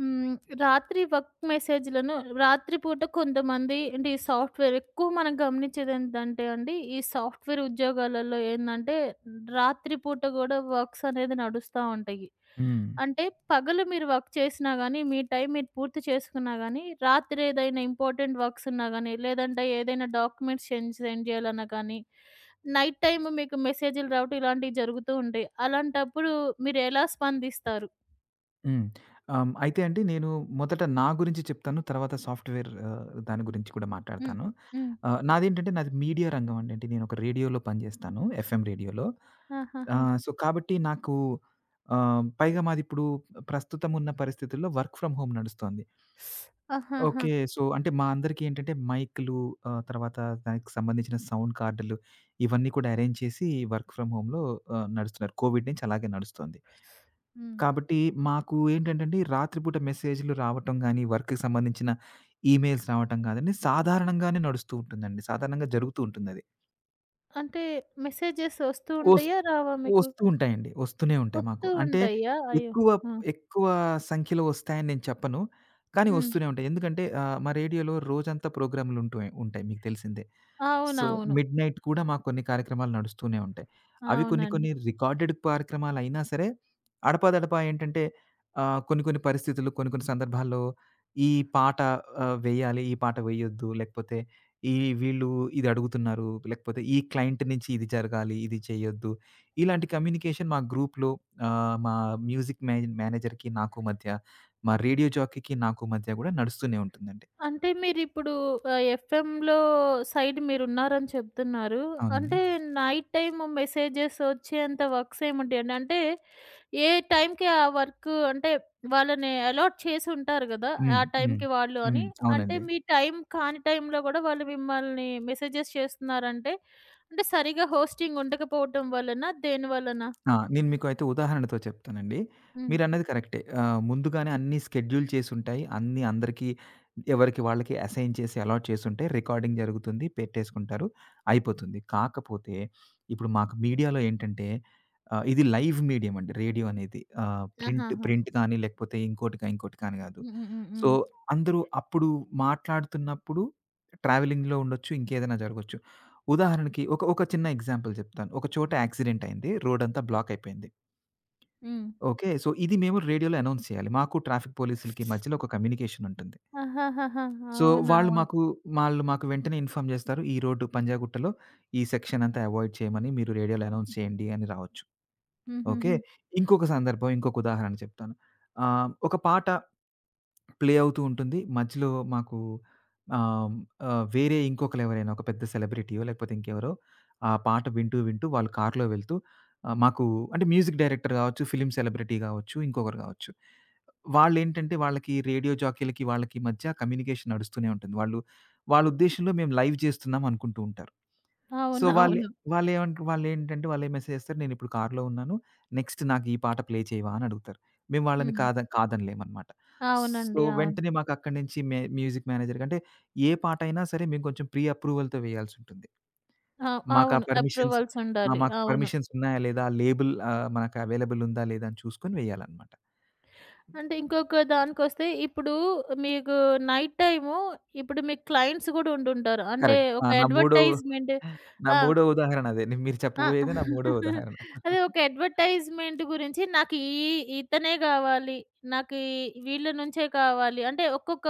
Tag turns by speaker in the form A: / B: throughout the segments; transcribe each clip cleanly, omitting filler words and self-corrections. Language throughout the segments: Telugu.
A: హ్మ్. రాత్రి వర్క్ మెసేజ్‌లను రాత్రి పూట కొంతమంది అంటే ఈ సాఫ్ట్‌వేర్ ఎక్కువ మనం గమనించేది ఏంటంటే అండి, ఈ సాఫ్ట్‌వేర్ ఉద్యోగాలలో ఏందంటే రాత్రి పూట గూడా వర్క్స్ అనేది నడుస్తా ఉంటాయి.
B: హ్మ్.
A: అంటే పగలు మీరు వర్క్ చేసినా గానీ, మీ టైం మీరు పూర్తి చేసుకున్నా గానీ, రాత్రి ఏదైనా ఇంపార్టెంట్ వర్క్స్ ఉన్నా గానీ, లేదంటే ఏదైనా డాక్యుమెంట్స్ చేంజ్ సెండ్ చేయాలన్నా కానీ, నైట్ టైమ్ మీకు మెసేజ్‌లు రావటం ఇలాంటివి జరుగుతూ ఉంటాయి. అలాంటప్పుడు మీరు ఎలా స్పందిస్తారు?
B: హ్మ్. ఆహ్, అయితే అండి నేను మొదట నా గురించి చెప్తాను. తర్వాత సాఫ్ట్‌వేర్ దాని గురించి కూడా
A: హ్మ్.
B: మాట్లాడతాను.
A: హ్మ్.
B: నాదేంటంటే నాది మీడియా రంగం అండి. అంటే నేను ఒక రేడియోలో పనిజేస్తాను. ఎఫ్ఎం రేడియోలో.
A: ఆహాహా!
B: సో, కాబట్టి పైగా మాదిప్పుడు ప్రస్తుతం ఉన్న పరిస్థితుల్లో వర్క్ ఫ్రమ్ హోమ్ నడుస్తోంది.
A: ఆహాహా!
B: ఓకే. సో, అంటే మా అందరికీ ఏంటంటే మైక్‌లు, తర్వాత దానికి సంబంధించిన సౌండ్ కార్డులు ఇవన్నీ కూడా అరేంజ్ చేసి వర్క్ ఫ్రమ్ హోమ్‌లో నడుస్తున్నారు. కోవిడ్ నుంచి అలాగే నడుస్తోంది.
A: హ్మ్.
B: కాబట్టి మాకు ఏంటంటండి, రాత్రిపూట మెసేజ్‌లు రావటం గాని, వర్క్‌కి సంబంధించిన ఈమెయిల్స్ రావటం గాదండి, సాధారణంగానే నడుస్తూ ఉంటుందండి. సాధారణంగా జరుగుతూ ఉంటుందది.
A: అంటే మెసేజెస్ వస్తూ
B: వస్
A: ఉంటాయా? రావా మీకు?
B: వస్తూ ఉంటాయండి. వస్తూనే ఉంటాయి మాకు.
A: వస్తూ
B: అంటే
A: ఉంటాయా? అయ్యో!
B: ఎక్కువ,
A: ఆ!
B: ఎక్కువ సంఖ్యలో వస్తాయని నేను చెప్పను. కానీ
A: హ్మ్.
B: వస్తూనే ఉంటాయి. ఎందుకంటే మా రేడియోలో రోజంతా ప్రోగ్రామ్‌లు ఉంటూ ఉంటాయి. మీకు తెలిసిందే. సో,
A: అవునవును.
B: మిడ్‌నైట్ కూడా మాకు కొన్ని కార్యక్రమాలు నడుస్తూనే ఉంటాయి. అవి కొన్ని
A: అవునండి.
B: కొన్ని రికార్డెడ్ కార్యక్రమాలయినా సరే, అడపాదడపా ఏంటంటే కొన్ని కొన్ని పరిస్థితులు, కొన్ని కొన్ని సందర్భాల్లో ఈ పాట వేయాలి, ఈ పాట వేయొద్దు లేకపోతే ఈ వీళ్ళు ఇది అడుగుతున్నారు. లేకపోతే ఈ క్లయింట్ నుంచి ఇది జరగాలి, ఇది చేయొద్దు. ఇలాంటి కమ్యూనికేషన్ మా గ్రూప్‌లో మా మ్యూజిక్ మేనేజర్‌కి నాకు మధ్య, మా రేడియో జాకీకి నాకు మధ్య గూడా నడుస్తూనే ఉంటుందండి.
A: అంటే మీరిప్పుడు ఎఫ్ఎంలో సైడ్ మీరున్నారని చెప్తున్నారు.
B: అవునండి.
A: అంటే నైట్ టైమ్ మెసేజెస్ వచ్చేంత వర్క్స్ ఏముంటాయండి? అంటే ఏ టైంకి ఆ వర్క్ అంటే వాళ్ళని అలాట్ చేసుంటారు గదా! ఆ
B: హ్మ్. హ్మ్.
A: టైంకి వాళ్ళు అని.
B: హ్మ్.
A: అంటే
B: అవునండి.
A: మీ టైం కాని టైంలో గూడా వాళ్ళు మిమ్మల్ని మెసేజెస్ చేస్తున్నారంటే, అంటే సరిగ్గా హోస్టింగ్ ఉండకపోవటం వలనా? దేని వలన?
B: ఆ! నేను మీకు అయితే ఉదాహరణతో చెప్తానండి.
A: హ్మ్.
B: మీరన్నది కరెక్టే. ముందుగానే అన్నీ షెడ్యూల్ చేసుంటాయి. అన్నీ అందరికీ ఎవరికి వాళ్ళకి అసైన్ చేసి అలాట్ చేసుంటాయి. రికార్డింగ్ జరుగుతుంది. పెట్టేసుకుంటారు. అయిపోతుంది. కాకపోతే ఇప్పుడు మాకు మీడియాలో ఏంటంటే ఇది లైవ్ మీడియం అండి రేడియో అనేది. ప్రింట్
A: ఆహాహా!
B: ప్రింట్ కానీ లేకపోతే ఇంకోటి కానీ కాదు.
A: హ్మ్. హ్మ్. హ్మ్.
B: సో,
A: హ్మ్.
B: అందరూ అప్పుడు మాట్లాడుతున్నప్పుడు ట్రావెలింగ్‌లో ఉండొచ్చు. ఇంకేదైనా జరగొచ్చు. ఉదాహరణకి ఒక ఒక చిన్న ఎగ్జాంపుల్ చెప్తాను. ఒక చోట యాక్సిడెంట్ అయింది. రోడంతా బ్లాక్ అయిపోయింది.
A: హ్మ్.
B: ఓకే. సో, ఇది మేము రేడియోలో అనౌన్స్ చేయాలి. మాకు ట్రాఫిక్ పోలీసులకి మధ్యలో ఒక కమ్యూనికేషన్ ఉంటుంది.
A: ఆహాహాహా!
B: సో,
A: అవునవును.
B: వాళ్ళు మాకు వెంటనే ఇన్ఫార్మ్ చేస్తారు. ఈ రోడ్డు పంజాగుట్టలో ఈ సెక్షన్ అంతా అవాయిడ్ చేయమని మీరు రేడియోలో అనౌన్స్ చేయండి అని రావచ్చు. ఓకే.
A: హుహుహు.
B: ఇంకొక సందర్భం, ఇంకొక ఉదాహరణ చెప్తాను. ఒక పాట ప్లే అవుతూ ఉంటుంది. మధ్యలో మాకు ఆహ్, ఆహ్, వేరే ఇంకొకళ్ళెవరైనా ఒక పెద్ద సెలబ్రిటీయో లేకపోతే ఇంకెవరో ఆ పాట వింటూ, వింటూ వాళ్ళు కార్‌లో వెళ్తూ ఆహ్, మాకు అంటే మ్యూజిక్ డైరెక్టర్ గావచ్చు, ఫిల్మ్ సెలబ్రిటీ గావచ్చు, ఇంకొకరు గావచ్చు. వాళ్ళేంటంటే వాళ్ళకి రేడియో జాకీలకి, వాళ్ళకి మధ్య కమ్యూనికేషన్ నడుస్తూనే ఉంటుంది. వాళ్ళు వాళ్ళ ఉద్దేశ్యంలో మేము లైవ్ చేస్తున్నాం అనుకుంటూ ఉంటారు. సో,
A: అవునవును.
B: వాళ్ళేంటంటే వాళ్ళే మెసేజ్ చేస్తారు. నేనిప్పుడు కార్‌లో ఉన్నాను. నెక్స్ట్ నాకు ఈ పాట ప్లే చేయవా అని అడుగుతారు. మేము వాళ్ళని
A: హ్మ్.
B: కాదనలేమనమాట. సో,
A: అవునండి. అవును.
B: వెంటనే మాకక్కడి నుంచి మ్యూజిక్ మేనేజర్‌కి అంటే ఏ పాటైనా సరే మేము కొంచెం ప్రీ అప్రూవల్‌తో వేయాల్సుంటుంది. మాకా
A: అవును.
B: పర్మిషన్స్
A: అప్రూవల్స్
B: ఆ!
A: ఉండాలి.
B: మాకు
A: అవును.
B: పర్మిషన్స్ ఉన్నాయా లేదా? లేబుల్ మనకు అవైలబుల్ ఉందా లేదా? అని చూసుకొని వేయాలనమాట.
A: అంటే ఇంకొక దానికొస్తే ఇప్పుడు మీకు నైట్ టైము ఇప్పుడు మీకు క్లయింట్స్ గూడా ఉండుంటారు. అంటే
B: కరెక్ట్. ఆ!
A: ఒక అడ్వర్టైజ్‌మెంట్.
B: నా
A: ఆ!
B: మూడో ఉదాహరణ అదే. మీరు
A: ఆ!
B: చెప్పబోయేదే నా మూడో ఉదాహరణ.
A: అదే ఒక అడ్వర్టైజ్‌మెంట్ గురించి నాకు ఈ ఇతనే గావాలి. నాకు ఈ వీళ్ళ నుంచే కావాలి. అంటే ఒక్కొక్క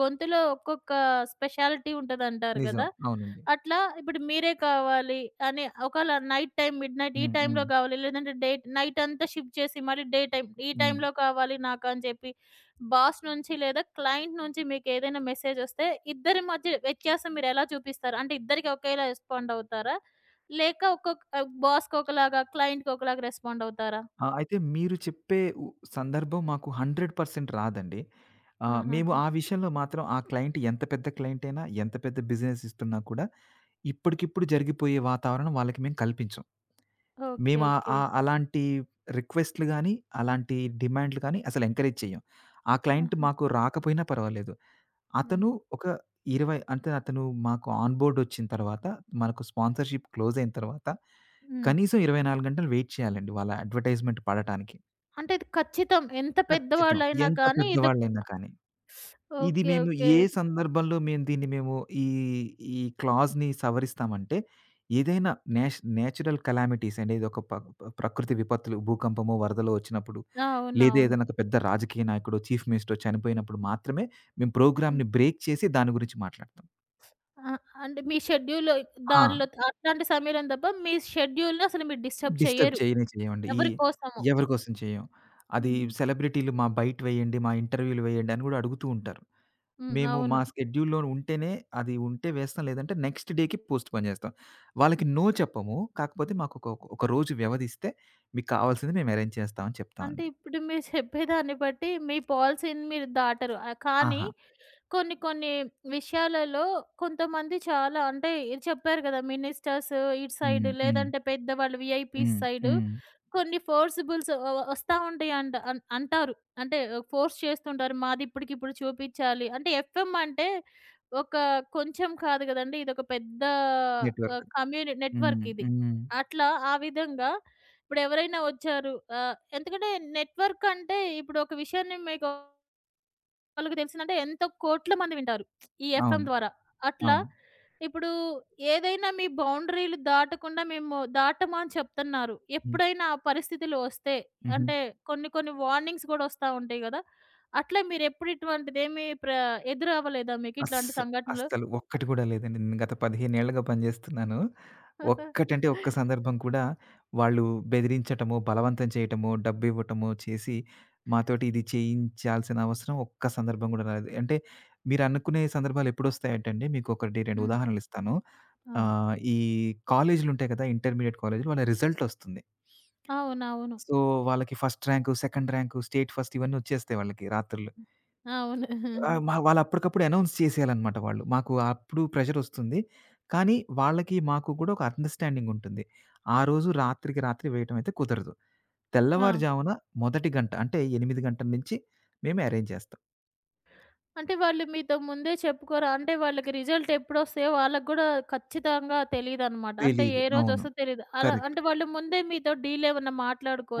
A: గొంతులో ఒక్కొక్క స్పెషాలిటీ ఉంటదంటారు
B: నిజం.
A: గదా!
B: అవునండి.
A: అట్లా ఇప్పుడు మీరే కావాలి అని ఒకేళ నైట్ టైమ్ మిడ్‌నైట్ ఈ
B: హ్మ్.
A: టైమ్‌లో
B: హ్మ్.
A: గావాలి. లేదంటే డే నైట్ అంతా షిఫ్ట్ చేసి మళ్ళీ డే టైమ్ ఈ
B: హ్మ్.
A: టైమ్‌లో కావాలి నాకు అని చెప్పి బాస్ నుంచి లేదా క్లయింట్ నుంచి మీకేదైనా మెసేజ్ ఒస్తే ఇద్దరి మధ్య వ్యత్యాసం మీరెలా చూపిస్తారు? అంటే ఇద్దరికి ఒకేలా రెస్పాండ్ అవుతారా? లేక ఒక్కొక్క బాస్‌కొకలాగా, క్లయింట్‌కొకలాగా రెస్పాండవుతారా?
B: ఆ! అయితే మీరు చెప్పే ఉ సందర్భం మాకు 100% రాదండి. మేము
A: ఆహాహా!
B: ఆ విషయంలో మాత్రం ఆ క్లయింట్ ఎంత పెద్ద క్లయింట్ అయినా, ఎంత పెద్ద బిజినెస్ ఇస్తున్నా కూడా, ఇప్పటికిప్పుడు జరిగిపోయే వాతావరణం వాళ్ళకి మేము కల్పించం.
A: ఓకే.
B: మేము ఆహ్,
A: ఓకే.
B: ఆహ్, అలాంటి రిక్వెస్ట్‌లు గాని, అలాంటి డిమాండ్‌లు గాని అసలు ఎంకరేజ్ చేయం. ఆ క్లయింట్
A: ఆహా!
B: మాకు రాకపోయినా పర్వాలేదు.
A: హ్మ్.
B: అతను ఒక 20 అంటే అతను మాకు ఆన్ బోర్డ్ వచ్చిన తర్వాత, మనకు స్పాన్సర్‌షిప్ క్లోజ్ అయిన తర్వాత,
A: హ్మ్.
B: కనీసం 24 గంటలు వెయిట్ చేయాలండి వాళ్ళ అడ్వర్టైజ్‌మెంట్ పడటానికి.
A: అంటే ఇది ఖచ్చితం. ఎంత
B: ఖచ్చితం.
A: పెద్దవాళ్ళైనా
B: ఎంత
A: కానీ ఇదొక.
B: పెద్దవాళ్ళైనా కానీ. ఇది
A: ఓకే.
B: మేము
A: ఓకే.
B: ఏ సందర్భంలో మేము దీన్ని మేము ఈ, ఈ క్లాజ్‌ని సవరిస్తామంటే, ఏదైనా నేచురల్ కలామిటీస్ అంటే ఏదో ఒక ప ప ప్రకృతి విపత్తులు, భూకంపము, వరదలో వచ్చినప్పుడు,
A: ఆ,
B: లేదా
A: అవునవును.
B: ఏదైనా ఒక పెద్ద రాజకీయ నాయకుడో, చీఫ్ మినిస్టరో చనిపోయినప్పుడు మాత్రమే మేము
A: హ్మ్.
B: ప్రోగ్రామ్‌ని బ్రేక్ చేసి దాని గురించి మాట్లాడతాం.
A: ఆ! అంటే మీ షెడ్యూల్
B: ఆ!
A: దానిలో అట్లాంటి సమయంలో తప్ప మీ షెడ్యూల్‌ని అసలు మీరు డిస్టర్బ్
B: డిస్టర్బ్
A: చెయ్యరు.
B: చేయనే చేయమండి.
A: ఎవరి కోసము.
B: ఎవరి కోసం చేయం. అది
A: హుహు.
B: సెలబ్రిటీలు మా బయట వేయండి, మా ఇంటర్వ్యూలు వేయండి అని కూడా అడుగుతూ ఉంటారు.
A: హ్మ్.
B: మేము మా
A: అవును.
B: షెడ్యూల్‌లో ఉంటేనే అది ఉంటే వేస్తాం. లేదంటే నెక్స్ట్ డేకి పోస్ట్‌పోన్ చేస్తాం. వాళ్ళకి నో చెప్పము. కాకపోతే మాకొక ఒక ఒక ఒక రోజు వ్యవధిస్తే మీకు కావాల్సింది మేము అరేంజ్ చేస్తాం అని
A: అంటే
B: చెప్తామండి.
A: ఇప్పుడు మీరు చెప్పేదాన్ని బట్టి మీ పాలిసీని మీరు దాటరు. కానీ
B: ఆహా!
A: కొన్ని కొన్ని విషయాలలో కొంతమంది చాలా అంటే ఇది చెప్పారు కదా మినిస్టర్స్ ఇటు సైడ్
B: హ్మ్. హ్మ్.
A: లేదంటే పెద్దవాళ్ళు విఐపీస్
B: హ్మ్.
A: సైడ్
B: హ్మ్.
A: కొన్ని ఫోర్సిబుల్స్ వస్తా ఉంటాయి అంట అంటారు అంటే ఫోర్స్ చేస్తుంటారు మాది ఇప్పటికి ఇప్పుడు చూపించాలి అంటే ఎఫ్ఎం అంటే ఒక కొంచెం కాదు కదండి ఇది ఒక పెద్ద
B: నెట్‌వర్క్.
A: కమ్యూనిటీ నెట్వర్క్
B: హ్మ్.
A: ఇది
B: హ్మ్.
A: అట్లా ఆ విధంగా ఇప్పుడు ఎవరైనా వచ్చారు ఆ, ఎందుకంటే నెట్వర్క్ అంటే ఇప్పుడు ఒక విషయాన్ని మీకు వాళ్ళకి తెలిసిందంటే ఎంతో కోట్ల మంది వింటారు. ఈ ఎఫ్ఎం
B: అవును.
A: ద్వారా. అట్లా
B: అవును.
A: ఇప్పుడు ఏదైనా మీ బౌండరీలు దాటకుండా మేము దాటము అని చెప్తున్నారు.
B: హ్మ్.
A: ఎప్పుడైనా ఆ పరిస్థితులు వస్తే
B: హుహు.
A: అంటే కొన్ని కొన్ని వార్నింగ్స్ గూడా వస్తా ఉంటాయి గదా! అట్లా మీరెప్పుడు ఇటువంటిదేమి ఎదురవ్వలేదా మీకు ఇట్లాంటి
B: అస్స
A: సంఘటనలు?
B: అస్సలు ఒక్కటి కూడా లేదండి. నేను గత 15 ఏళ్లుగా పనిజేస్తున్నాను. ఒక్కటంటే ఒక్క సందర్భం కూడా వాళ్ళు బెదిరించటమో, బలవంతం చేయటమో, డబ్బివ్వటమో చేసి మాతోటి ఇది చేయించాల్సిన అవసరం ఒక్క సందర్భం గూడా రాలేదు. అంటే మీరనుకునే సందర్భాలెప్పుడొస్తాయంటండి మీకొకటి 2
A: హ్మ్.
B: ఉదాహరణలిస్తాను.
A: ఆ!
B: ఈ కాలేజీలుంటాయి కదా! ఇంటర్మీడియేట్ కాలేజీలు వాళ్ళ రిజల్టొస్తుంది.
A: అవునవును.
B: సో, వాళ్ళకి first rank, second rank, state first ఇవన్నీ వచ్చేస్తాయి వాళ్ళకి రాత్రులు.
A: అవును. అవును.
B: ఆ! మా వాళ్ళు అప్పటికప్పుడు అనౌన్స్ చేసేయాలనమాట వాళ్ళు. మాకు అప్పుడు ప్రెషరొస్తుంది. కానీ వాళ్ళకి, మాకు కూడా ఒక అండర్‌స్టాండింగ్ ఉంటుంది. ఆ రోజు రాత్రికి రాత్రి వేయటం అయితే కుదరదు.
A: ఆ!
B: తెల్లవారుజామున మొదటి గంట అంటే 8 గంటల నుంచి మేమే అరేంజ్ చేస్తాం.
A: అంటే వాళ్ళు మీతో ముందే చెప్పుకోరా? అంటే వాళ్ళకి రిజల్ట్ ఎప్పుడొస్తాయో వాళ్ళకి గూడా ఖచ్చితంగా తెలీదనమాట. అంటే
B: తెలీదు.
A: ఏ
B: అవును.
A: రోజొస్తదో తెలీదు. అలా
B: కరెక్ట్.
A: అంటే వాళ్ళు ముందే మీతో డీల్ ఏమన్నా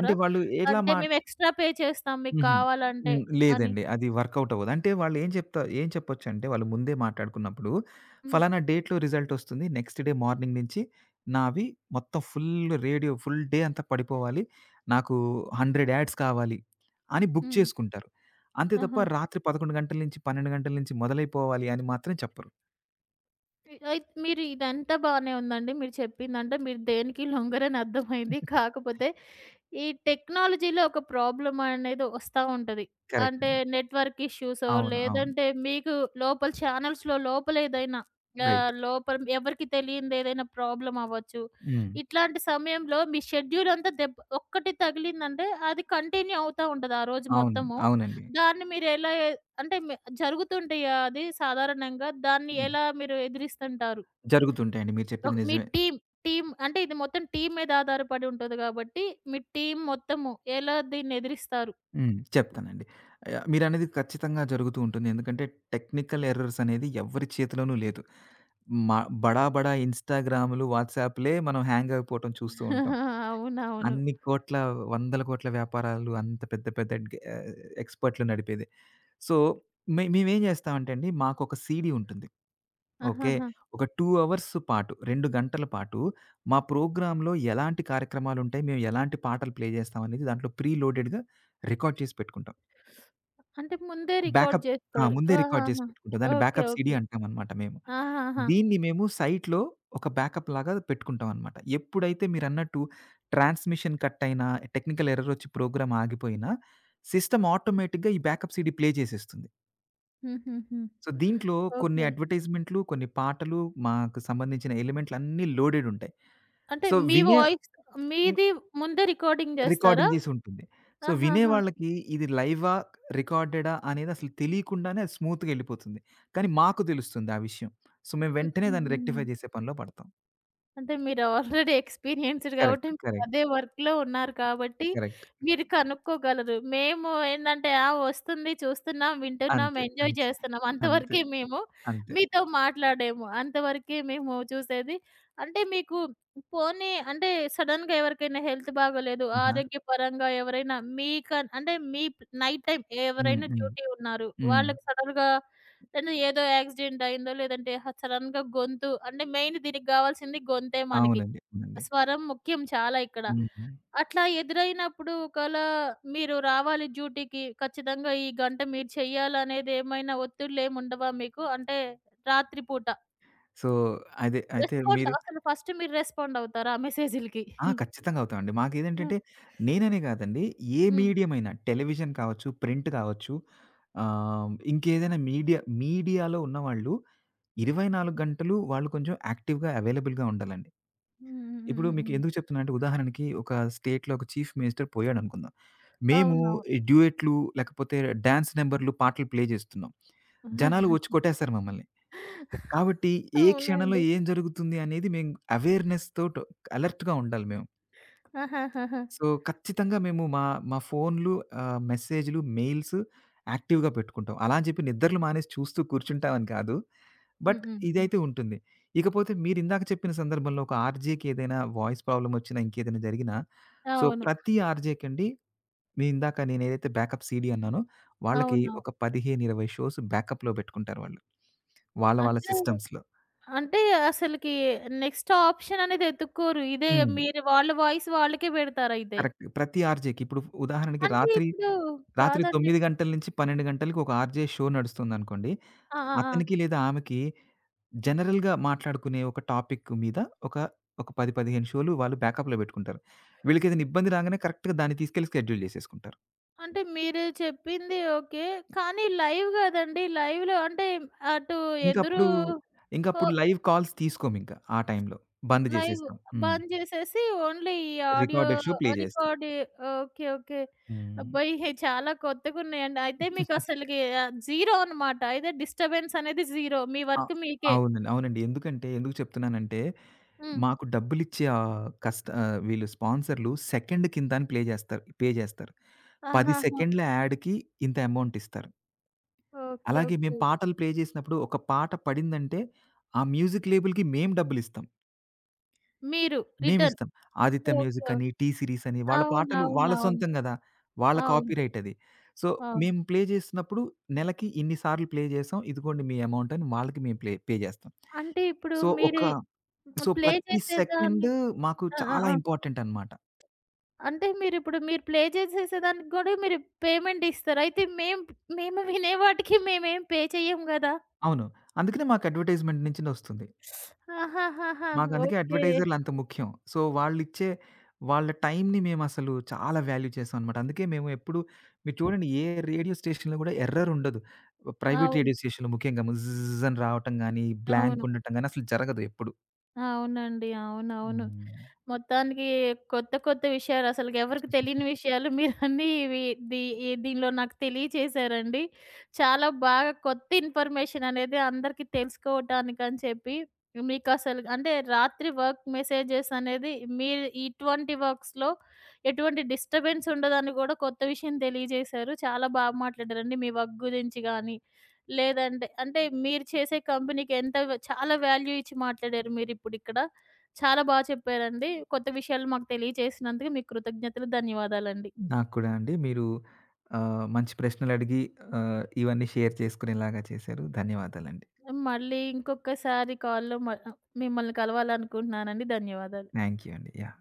B: అంటే వాళ్ళు ఎలా
A: అంటే
B: మా
A: మేము ఎక్స్‌ట్రా పే చేస్తాం మీకు
B: హుహు.
A: కావాలంటే
B: హ్మ్.
A: అని.
B: లేదండి. అది వర్కౌట్ అవ్వదు. అంటే వాళ్ళు ఏం చెప్తా ఏం చెప్పొచ్చంటే వాళ్ళు ముందే మాట్లాడుకున్నప్పుడు,
A: హ్మ్.
B: ఫలానా డేట్‌లో రిజల్ట్ వస్తుంది. నెక్స్ట్ డే మార్నింగ్ నుంచి నావి మొత్తం ఫుల్ రేడియో ఫుల్ డే అంతా పడిపోవాలి. నాకు 100 యాడ్స్ కావాలి అని బుక్
A: హ్మ్.
B: చేసుకుంటారు. అంతే తప్ప
A: ఆహా!
B: రాత్రి 11 గంటల నుంచి, 12 గంటల నుంచి మొదలైపోవాలి అని మాత్రం చెప్పరు.
A: అయితే మీరు ఇదంతా బానే ఉందండి. మీరు చెప్పిందంటే మీరు దేనికి లొంగరని అర్థమైంది. కాకపోతే ఈ టెక్నాలజీలో ఒక ప్రాబ్లమ్ అనేది వస్తా ఉంటది.
B: కరెక్ట్
A: అంటే
B: అండి.
A: నెట్వర్క్ ఇష్యూసో,
B: అవును. అవును.
A: లేదంటే మీకు లోపల ఛానల్స్‌లో లోపలేదైనా
B: రైట్.
A: లోపల ఎవరికీ తెలియనిదేదైనా ప్రాబ్లమ్ అవ్వచ్చు.
B: హ్మ్.
A: ఇట్లాంటి సమయంలో మీ షెడ్యూల్ అంతా ఒక్కటి తగిలిందంటే అది కంటిన్యూ అవుతా ఉంటది ఆ రోజు
B: అవునండి.
A: మొత్తము.
B: అవునండి.
A: దాన్ని మీరెలా ఎ అంటే మి జరుగుతుంటాయి అది సాధారణంగా. దాన్ని
B: హ్మ్.
A: ఎలా మీరు ఎదిరిస్తుంటారు?
B: జరుగుతుంటాయండి. మీరు
A: ఒక
B: చెప్పింది
A: మీ
B: నిజమే.
A: టీమ్, టీమ్ అంటే ఇది మొత్తం టీమ్ మీద ఆధారపడి ఉంటది గాబట్టి, మీ టీమ్ మొత్తము ఎలా దీన్ని ఎదిరిస్తారు?
B: హ్మ్. చెప్తానండి. మీరనేది ఖచ్చితంగా జరుగుతూ ఉంటుంది. ఎందుకంటే టెక్నికల్ ఎర్రర్స్ అనేది ఎవ్వరి చేతిలోనూ లేదు. మా బడా బడా ఇన్‌స్టాగ్రామ్‌లు, వాట్సాప్‌లే మనం హ్యాంగ్ అయిపోవటం చూస్తూ ఉంటాం.
A: అవునవును.
B: అన్ని కోట్ల, వందల కోట్ల వ్యాపారాలు అంత పెద్ద పెద్ద ఎక్స్‌పర్ట్‌లు నడిపేది. సో, మేమేం జేస్తామంటే అండి మాకొక సీడీ ఉంటుంది. ఓకే.
A: ఆహాహా!
B: ఒక 2 అవర్స్ పాటు 2 గంటల పాటు మా ప్రోగ్రామ్‌లో ఎలాంటి కార్యక్రమాలుంటాయి, మేము ఎలాంటి పాటలు ప్లే జేస్తాం అనేది దాంట్లో ప్రీ లోడెడ్‌గా రికార్డ్ చేసి పెట్టుకుంటాం.
A: అంటే ముందే రికార్డ్
B: బ్యాకప్ ఆ!
A: జేస్తారు.
B: ముందే రికార్డ్ చేసి
A: ఆహాహా!
B: పెట్టుకుంటాం. దాన్ని
A: ఓకే.
B: Backup CD
A: okay.
B: అంటామనమాట మేము.
A: ఆహాహా!
B: దీన్ని మేము సైట్‌లో ఒక బ్యాకప్ లాగా పెట్టుకుంటామనమాట. ఎప్పుడైతే మీరన్నట్టు ట్రాన్స్‌మిషన్ కట్ అయినా, టెక్నికల్ ఎర్రర్ వచ్చి ప్రోగ్రామ్ ఆగిపోయినా, సిస్టమ్ ఆటోమేటిక్‌గా ఈ బ్యాకప్ సీడీ ప్లే చేసేస్తుంది.
A: హుహుహు.
B: సో, దీంట్లో కొన్ని
A: ఓకే.
B: అడ్వర్టైజ్‌మెంట్లు, కొన్ని పాటలు, మాకు సంబంధించిన ఎలిమెంట్‌లన్నీ లోడెడ్ ఉంటాయి.
A: అంటే
B: సో,
A: మీ
B: వినే
A: వాయిస్ మీది ముందే రికార్డింగ్ జేస్తారా?
B: రికార్డింగ్ చేసి ఉంటుంది. సో,
A: ఆహాహా!
B: వినేవాళ్ళకి ఇది లైవా? రికార్డెడా? అనేది అసలు తెలియకుండానే అది స్మూత్‌గా ఎళ్ళిపోతుంది. కానీ మాకు తెలుస్తుంది ఆ విషయం. సో,
A: హ్మ్.
B: మేము వెంటనే దాన్ని
A: హుహుహు.
B: రెక్టిఫై చేసే పనిలో పడతాం.
A: అంటే మీరు ఆల్రెడీ ఎక్స్‌పీరియన్స్‌డ్ కాబట్టి
B: కరెక్ట్.
A: మీరు
B: కరెక్ట్.
A: అదే వర్క్‌లో ఉన్నారు కాబట్టి
B: కరెక్ట్.
A: మీరు కనుక్కోగలరు. మేము ఏందంటే ఆ! వస్తుంది, చూస్తున్నాం, వింటున్నాం,
B: అంతే.
A: ఎంజాయ్
B: అంతే.
A: చేస్తున్నాం.
B: అంతే.
A: అంతవరకే మేము
B: అంతే.
A: మీతో మాట్లాడేము. అంతవరకే మేము చూసేది. అంటే మీకు పోనీ అంటే సడెన్‌గా ఎవరికైనా హెల్త్ బాగోలేదు,
B: ఆహా!
A: ఆరోగ్యపరంగా ఎవరైనా అంటే మీ నైట్ టైమ్
B: హ్మ్.
A: ఎవరైనా
B: హ్మ్.
A: డ్యూటీ ఉన్నారు.
B: హ్మ్.
A: వాళ్ళకి సడెన్‌గా కానీ ఏదో యాక్సిడెంట్ అయిందో లేదంటే హ సడెన్‌గా గొంతు అంటే మెయిన్ దీనికి గావాల్సింది గొంతే మనకి.
B: అవునండి. అవునండి.
A: స్వరం ముఖ్యం చాలా ఇక్కడ.
B: హ్మ్.
A: అట్లా ఎదురైనప్పుడు ఒకేళ మీరు రావాలి డ్యూటీకి ఖచ్చితంగా ఈ గంట మీరు చేయాలనేది ఏమైనా ఒత్తిళ్ళేముండవా మీకు? అంటే రాత్రి పూట
B: సో, అదే అయితే
A: రెస్పాండ్
B: మీరు
A: అసలు ఫస్ట్ మీరు రెస్పాండ్ అవుతారా ఆ మెసేజులకి?
B: ఆ! ఖచ్చితంగా అవుతామండి.
A: హ్మ్.
B: మాకేదేంటంటే నేననే కాదండి ఏ
A: హ్మ్.
B: మీడియం అయినా టెలివిజన్ కావచ్చు, ప్రింట్ కావచ్చు, ఇంకేదైనా మీడియాలో ఉన్నవాళ్ళు 24 గంటలు వాళ్ళు కొంచెం యాక్టివ్‌గా అవైలబుల్‌గా ఉండాలండి.
A: హ్మ్. హ్మ్.
B: ఇప్పుడు
A: హ్మ్.
B: మీకు
A: హ్మ్.
B: ఎందుకు చెప్తున్నానంటే ఉదాహరణకి ఒక స్టేట్‌లో ఒక చీఫ్ మినిస్టర్ పోయాడనుకుందాం. మేము
A: అవునవును.
B: ఈ డ్యూయెట్లు లేకపోతే డాన్స్ నంబర్‌లు, పాటలు ప్లే చేస్తున్నాం. జనాలు వచ్చి కొట్టేస్తారు మమ్మల్ని. కాబట్టి ఏ క్షణంలో
A: అవునండి.
B: ఏం జరుగుతుంది అనేది మేము అవేర్‌నెస్‌తో అలర్ట్‌గా ఉండాలి మేము.
A: ఆహాహాహా!
B: సో, ఖచ్చితంగా మేము మా మా ఫోన్‌లు మెసేజ్‌లు, మెయిల్స్ యాక్టివ్‌గా పెట్టుకుంటాం. అలా అని చెప్పి నిద్రలు మానేసి చూస్తూ కూర్చుంటామని కాదు.
A: హ్మ్.
B: బట్
A: హ్మ్. హ్మ్.
B: ఇదైతే ఉంటుంది. ఇకపోతే మీరిందాక చెప్పిన సందర్భంలో ఒక ఆర్‌జే‌కి ఏదైనా వాయిస్ ప్రాబ్లమ్ వచ్చినా, ఇంకేదైనా జరిగినా, సో,
A: అవును.
B: ప్రతి ఆర్‌జే‌కండి మీరిందాక నేనేదైతే బ్యాకప్ సీడీ అన్నానో, వాళ్ళకి
A: అవును.
B: ఒక 15, 20 షోస్ బ్యాకప్‌లో పెట్టుకుంటారు వాళ్ళు. వాళ్ళ వాళ్ళ
A: అంటే,
B: సిస్టమ్స్‌లో.
A: అంటే అసలకి నెక్స్ట్ ఆప్షన్ అనేది ఎతుక్కోరు. ఇదే
B: హ్మ్.
A: మీరు వాళ్ళ వాయిస్ వాళ్ళకే పెడతారయితే.
B: కరెక్ట్. ప్రతి ఆర్‌జే‌కి ఇప్పుడు ఉదాహరణకి
A: అంటే
B: రాత్రి
A: ఇప్పుడు
B: రాత్రి
A: కాదండి.
B: 9 గంటల నుంచి 12 గంటలకి ఒక ఆర్‌జే షో నడుస్తుందనుకోండి.
A: ఆ! ఆ! ఆ!
B: అతనికి లేదా ఆమెకి జనరల్‌గా మాట్లాడుకునే ఒక టాపిక్ మీద ఒక, ఒక 10, 15 షోలు వాళ్ళు బ్యాకప్‌లో పెట్టుకుంటారు. వీళ్ళకేదైనా ఇబ్బంది రాగానే కరెక్ట్‌గా దాన్ని తీసుకెళ్ళి స్కెడ్యూల్ చేసేసుకుంటారు.
A: అంటే మీరు చెప్పింది ఓకే. కానీ లైవ్ గదండీ. లైవ్‌లో అంటే అటు ఎదురు
B: ఇంకప్పుడు,
A: హో
B: ఇంకప్పుడు లైవ్ కాల్స్ తీసుకోమింక ఆ టైంలో. బంద్
A: లైవ్
B: చేసేస్తాం. హ్మ్.
A: బంద్ జేసేసి ఓన్లీ ఈ ఆడియో
B: రికార్డెడ్ షో ప్లే చేస్తాం.
A: Record okay. ఓకే.
B: హ్మ్.
A: అబ్బాయి! హే, చాలా కొత్తగున్నాయండి. అయితే మీకసలకి జీరో అనమాట. అయితే డిస్టర్బెన్స్ అనేది జీరో. మీ
B: అ
A: వర్క్ మీకే.
B: అవునండి. అవునండి. ఎందుకు చెప్తున్నానంటే
A: హ్మ్.
B: మాకు డబ్బులిచ్చే వీళ్ళు స్పాన్సర్‌లు సెకండ్ కింత అని ప్లే జేస్తారు పే జేస్తారు. 10
A: ఆహాహా!
B: సెకండ్ల యాడ్‌కి ఇంత అమౌంట్ ఇస్తారు.
A: ఓకే.
B: అలాగే మేము
A: ఓకే.
B: పాటలు ప్లే జేసినప్పుడు ఒక పాట పడిందంటే, ఆ మ్యూజిక్ లేబుల్‌కి మేము డబ్బులిస్తాం.
A: మీరు రిటర్న్.
B: మేమిస్తాం. Aditya music
A: okay.
B: అని, టీ సిరీస్ అని వాళ్ళ పాటలు వాళ్ళ
A: అవునవునవును.
B: సొంతం గదా! వాళ్ళ
A: అవును.
B: కాపీరైట్ అది. సో,
A: అవును.
B: మేము ప్లే జేసినప్పుడు నెలకి ఇన్ని సార్లు ప్లే జేసాం. ఇదిగోండి మీ అమౌంట్ అని వాళ్ళకి మేము పే జేస్తాం.
A: అంటే ఇప్పుడు
B: సో, ఒక
A: మీరు
B: సో,
A: ప్లే
B: ప్రతి సెకండ్
A: చేసేదాన్ని
B: మాకు
A: ఆ! ఆ!
B: చాలా
A: ఆ!
B: ఇంపార్టెంట్ అనమాట.
A: అంటే మీరిప్పుడు మీరు ప్లే చేసేసేదానికి గూడా మీరు పేమెంట్ ఇస్తారు. అయితే మేము మేము వినే వాటికి మేమేం పే చెయ్యము గదా!
B: అవును. అందుకనే మాకు అడ్వర్‌టైజ్‌మెంట్ నుంచినొస్తుంది.
A: ఆహాహాహా!
B: మాకందుకే
A: ఓకే.
B: అడ్వర్‌టైజర్‌లు అంత ముఖ్యం. సో, వాళ్ళిచ్చే వాళ్ళ టైమ్‌ని మేమసలు చాలా వాల్యూ చేసామనమాట. అందుకే మేము ఎప్పుడు మీరు చూడండి ఏ రేడియో స్టేషన్‌లో గూడా ఎర్రర్ ఉండదు. ప్రైవేట్
A: అవును.
B: రేడియో స్టేషన్‌లో ముఖ్యంగా ముజ్జ్ అని రావటం గానీ, బ్లాంక్
A: అవును.
B: ఉండటం గానీ అసలు జరగదు ఎప్పుడు.
A: అవునండి. అవునవును.
B: హ్మ్.
A: మొత్తానికి కొత్త, కొత్త విషయాలు అసలుకెవరికి తెలియని విషయాలు మీరన్నీ ఇవి దీ ఈ దీనిలో నాకు తెలియచేశారండి. చాలా బాగా కొత్త ఇన్ఫర్మేషన్ అనేది అందరికీ తెలుసుకోవటానికని చెప్పి మీకసలు అంటే రాత్రి వర్క్ మెసేజెస్ అనేది మీరు ఇటువంటి వర్క్స్‌లో ఎటువంటి డిస్టర్బెన్స్ ఉండదని గూడా కొత్త విషయం తెలియజేశారు. చాలా బాగా మాట్లాడారండి. మీ వర్క్ గురించి గాని లేదంటే అంటే మీరు చేసే కంపెనీకి ఎంత చాలా వాల్యూ ఇచ్చి మాట్లాడారు మీరిప్పుడిక్కడ. చాలా చెప్పారండి. కొత్త విషయాలు మాకు తెలియచేసినందుకు మీకు కృతజ్ఞతలు. ధన్యవాదాలండి.
B: నాకు కూడా అండి మీరు మంచి ప్రశ్నలడిగి ఇవన్నీ షేర్ చేసుకునేలాగా చేశారు. ధన్యవాదాలండి.
A: మళ్ళీ ఇంకొకసారి కాల్‌లో మిమ్మల్ని కలవాలనుకుంటున్నానండి. ధన్యవాదాలు.
B: థాంక్ యూ అండి. యాహ్!